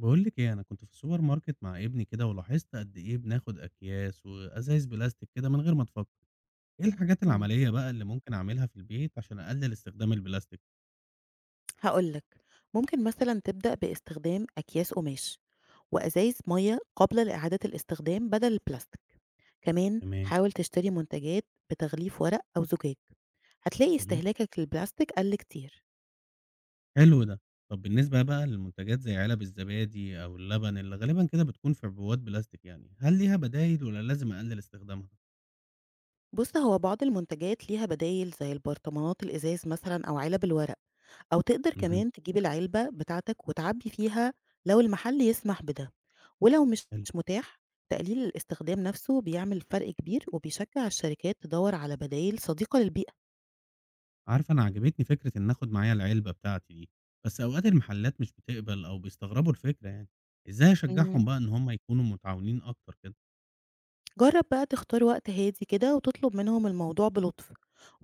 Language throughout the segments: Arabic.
بقول لك ايه، انا كنت في السوبر ماركت مع ابني كده، ولاحظت قد ايه بناخد اكياس وازايز بلاستيك كده من غير ما نفكر. ايه الحاجات إمم، العملية بقى اللي ممكن اعملها في البيت عشان اقلل استخدام البلاستيك؟ هاقول لك، ممكن مثلًا تبدأ باستخدام أكياس قماش وأزايز مَيّة قبل لإعادة الاستخدام بدل البلاستيك، كمان تمام. حاول تشتري منتجات بتغليف ورق أو زجاج، هتلاقي مهم. استهلاكك للبلاستيك قَل كتير. حلو ده. طب بالنسبة بقى للمنتجات زي علب الزبادي او اللبن اللي غالبا كده بتكون في عبوات بلاستيك، يعني هل ليها بدايل ولا لازم اقلل استخدامها؟ بُص، هو بعض المنتجات ليها بدايل زي البرطمانات الإزاز مثلًا أو علب الورق. أو تقدر مهم. كمان تجيب العلبة بتاعتك وتعبي فيها لو المحل يسمح بده، ولو مش حلو. متاح تقليل الاستخدام نفسه بيعمل فرق كبير وبيشجع الشركات تدور على بدايل صديقة للبيئة. عارفة أنا عجبتني فكرة إن آخد معايا العلبة بتاعتي دي، بس أوقات المحلات مش بتقبل أو بيستغربوا الفكرة يعني، إزاي مم. أشجعهم بقى إن هم يكونوا متعاونين أكتر كده؟ جرب بقى تختار وقت هادي كده وتطلب منهم الموضوع بلطف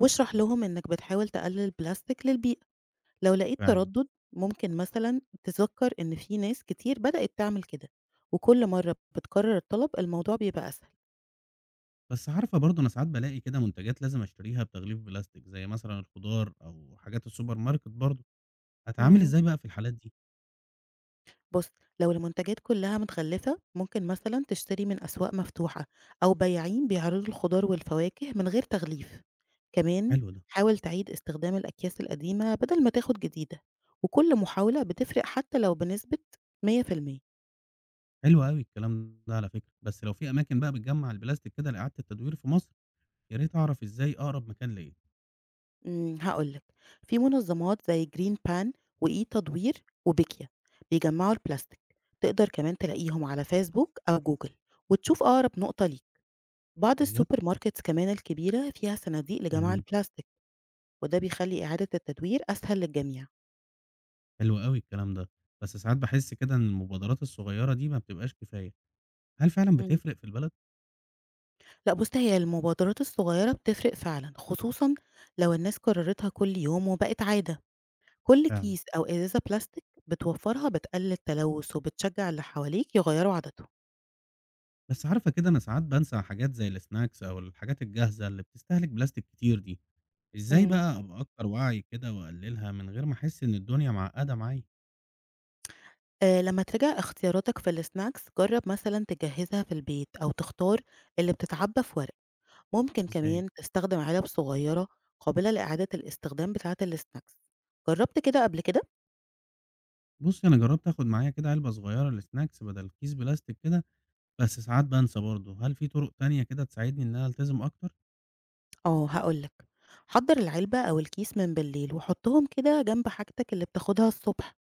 واشرح لهم انك بتحاول تقلل البلاستيك للبيئة. لو لقيت فعلًا. تردد ممكن مثلا تذكر ان في ناس كتير بدأت تعمل كده، وكل مرة بتكرر الطلب الموضوع بيبقى أسهل. بس عارفة برضه أنا ساعات بالاقي كده منتجات لازم أشتريها بتغليف بلاستيك، زي مثلًا الخضار أو حاجات السوبر ماركت برضه، أتعامل مم. إزاي بقى في الحالات دي؟ بُص، لو المنتجات كلّها متغلّفة، ممكن مثلًا تشتري من أسواق مفتوحة أو بياعين بيعرضوا الخضار والفواكه من غير تغليف. كمان حلو ده. حاول تعيد استخدام الأكياس القديمة بدل ما تاخد جديدة، وكل محاولة بتفرق حتى لو بنسبة 100%. حلو أوي الكلام ده على فكرة، بس لو في أماكن بقى بتجمع البلاستيك كده لإعادة التدوير في مصر، يا ريت أعرف إزاي أقرب مكان ليا. هاقول لك، في منظمات زي green pan وإي تدوير وبيكيا بيجمّعوا البلاستيك، تقدر كمان تلاقيهم على فيسبوك أو جوجل وتشوف أقرب نقطة ليك. بعض بجد؟ السوبر ماركتس كمان الكبيرة فيها صناديق لجمع البلاستيك. وده بيخلّي إعادة التدوير أسهل للجميع. حلو أوي الكلام ده، بس ساعات باحس كده إن المبادرات الصغيرة دي ما بتبقاش كفاية، هل فعلًا إمم. بتفرق في البلد؟ لأ بُصّي، هي المبادرات الصغيرة بتفرق فعلًا، خصوصًا لو الناس كررتها كل يوم وبقت عادة. كل فعلًا. كيس أو إزازة بلاستيك بتوفرها بتقلل التلوث وبتشجع اللي حواليك يغيروا عاداتهم. بس عارفة كده أنا ساعات بانسى حاجات زي السناكس أو الحاجات الجاهزة اللي بتستهلك بلاستيك كتير دي، إزاي إمم. بقى أبقى أكتر وعي كده وأقللها من غير ما أحس إن الدنيا معقدة معايا؟ لمّا تراجع اختياراتك في السناكس جرب مثلًا تجهزها في البيت أو تختار اللي بتتعبى في ورق. ممكن إزاي؟ كمان تستخدم علب صغيرة قابلة لإعادة الاستخدام بتاعة السناكس. جربت كده قبل كده؟ بُصّي أنا جربت آخد معايا كده علبة صغيرة لسناكس بدل كيس بلاستيك كده، بس ساعات بانسى برضه، هل في طرق تانية كده تساعدني إن أنا ألتزم أكتر؟ آه هاقول لك، حضّر العلبة أو الكيس من بالليل وحُطّهم كده جنب حاجتك اللي بتاخدها الصبح،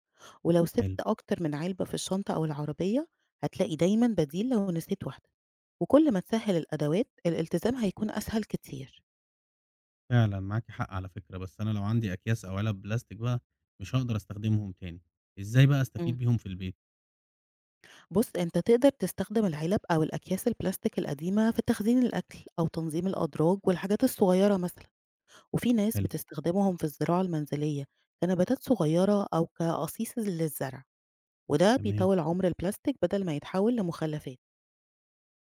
ولو حلو. سِبت أكتر من علبة في الشنطة أو العربية هتلاقي دايمًا بديل لو نسيت واحدة، وكل ما تسهّل الأدوات الالتزام هيكون أسهل كتير. فعلًا معاكِ حق على فكرة، بس أنا لو عندي أكياس أو علب بلاستيك بقى مش هاقدر أستخدمهم تاني، إزاي بقى إمم. أستفيد بيهم في البيت؟ بُص، أنت تقدر تستخدم العلب أو الأكياس البلاستيك القديمة في تخزين الأكل أو تنظيم الأدراج والحاجات الصغيرة مثلًا، وفي ناس حلو. بتستخدمهم في الزراعة المنزلية كنباتات صغيرة أو كأصيص للزرع. وده تمام. بيطول عمر البلاستيك بدل ما يتحول لمخلفات.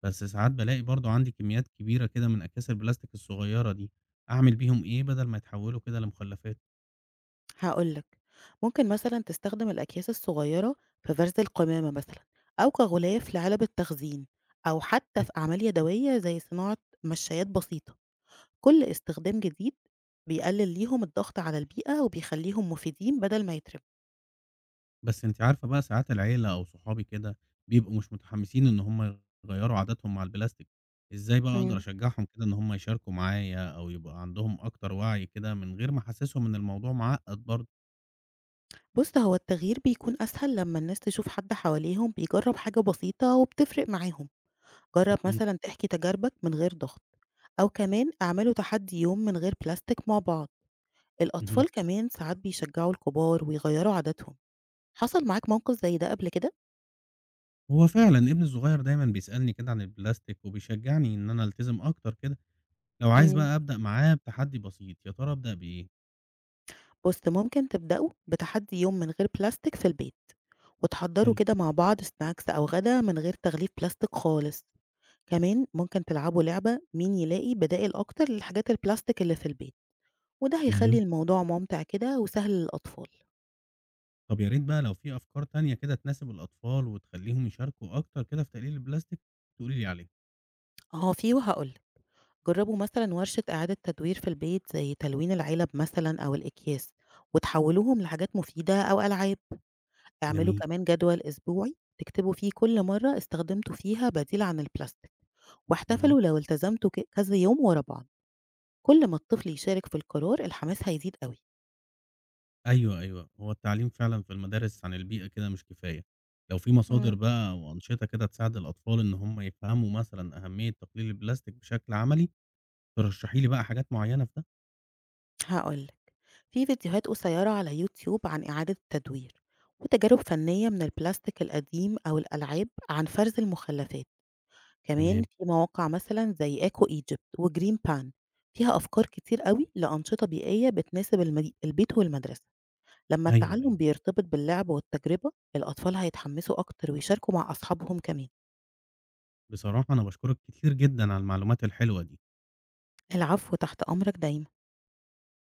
بس ساعات بالاقي برضه عندي كميات كبيرة كده من أكياس البلاستيك الصغيرة دي، أعمل بيهم إيه بدل ما يتحولوا كده لمخلفات؟ هقولك ممكن مثلا تستخدم الأكياس الصغيرة في فرز القمامة مثلا أو كغلاف لعلب التخزين أو حتى في فكرة. أعمال يدوية زي صناعة مشايات بسيطة. كل استخدام جديد بيقلل ليهم الضغط على البيئة وبيخليهم مفيدين بدل ما يترموا. بس أنتِ عارفة بقى ساعات العيلة أو صحابي كده بيبقوا مش متحمسين إن هم يغيّروا عاداتهم مع البلاستيك، إزاي بقى أقدر مم. أشجعهم كده إن هم يشاركوا معايا أو يبقى عندهم أكتر وعي كده من غير ما أحسسهم إن الموضوع معقد برضه؟ بص هو التغيير بيكون أسهل لما الناس تشوف حد حواليهم بيجرب حاجة بسيطة وبتفرق معاهم. جرب أكيد. مثلا تحكي تجاربك من غير ضغط، أو كمان اعملوا تحدي يوم من غير بلاستيك مع بعض. اهم. الأطفال كمان ساعات بيشجعوا الكبار ويغيروا عاداتهم. حصل معاك موقف زي ده قبل كده؟ هو فعلًا ابني الصغير دايمًا بيسألني كده عن البلاستيك، وبيشجعني إن أنا ألتزم أكتر كده، لو عايز مم. بقى أبدأ معاه بتحدي بسيط، يا ترى أبدأ بإيه؟ بص ممكن تبدأوا بتحدي يوم من غير بلاستيك في البيت وتحضروا حلو. كده مع بعض سناكس أو غدا من غير تغليف بلاستيك خالص. كمان ممكن تلعبوا لعبة مين يلاقي بدائل أكتر للحاجات البلاستيك اللي في البيت، وده هيخلي اهم. الموضوع ممتع كده وسهل للأطفال. طب يا ريت بقى لو في أفكار تانية كده تناسب الأطفال وتخلّيهم يشاركوا أكتر كده في تقليل البلاستيك، تقولي لي عليها. اه في وهقول جربوا مثلا ورشة إعادة تدوير في البيت زي تلوين العلب مثلا أو الأكياس وتحولوهم لحاجات مفيدة أو ألعاب. اعملوا جميل. كمان جدول أسبوعي تكتبوا فيه كل مرة استخدمتوا فيها بديل عن البلاستيك، اهم. واحتفلوا لو التزمتوا كذا يوم ورا بعض. كل ما الطفل يشارك في القرار الحماس هيزيد قوي. أيوه، أيوه، هو التعليم فعلًا في المدارس عن البيئة كده مش كفاية، لو في مصادر مم. بقى أو أنشطة كده تساعد الأطفال إن هم يفهموا مثلًا أهمية تقليل البلاستيك بشكل عملي، ترشحي لي بقى حاجات معينة في ده؟ هقولك في فيديوهات قصيرة على يوتيوب عن إعادة التدوير وتجارب فنية من البلاستيك القديم أو الألعاب عن فرز المخلفات. كمان تمام. في مواقع مثلًا زي Eco Egypt وGreen Pan فيها أفكار كتير أوي لأنشطة بيئية بتناسب المدي البيت والمدرسة، لمّا أيوه، التعلم أيوه. بيرتبط باللعب والتجربة الأطفال هيتحمسوا أكتر ويشاركوا مع أصحابهم كمان. بصراحة أنا باشكرك كتير جدًا على المعلومات الحلوة دي. العفو، تحت أمرك دايمًا.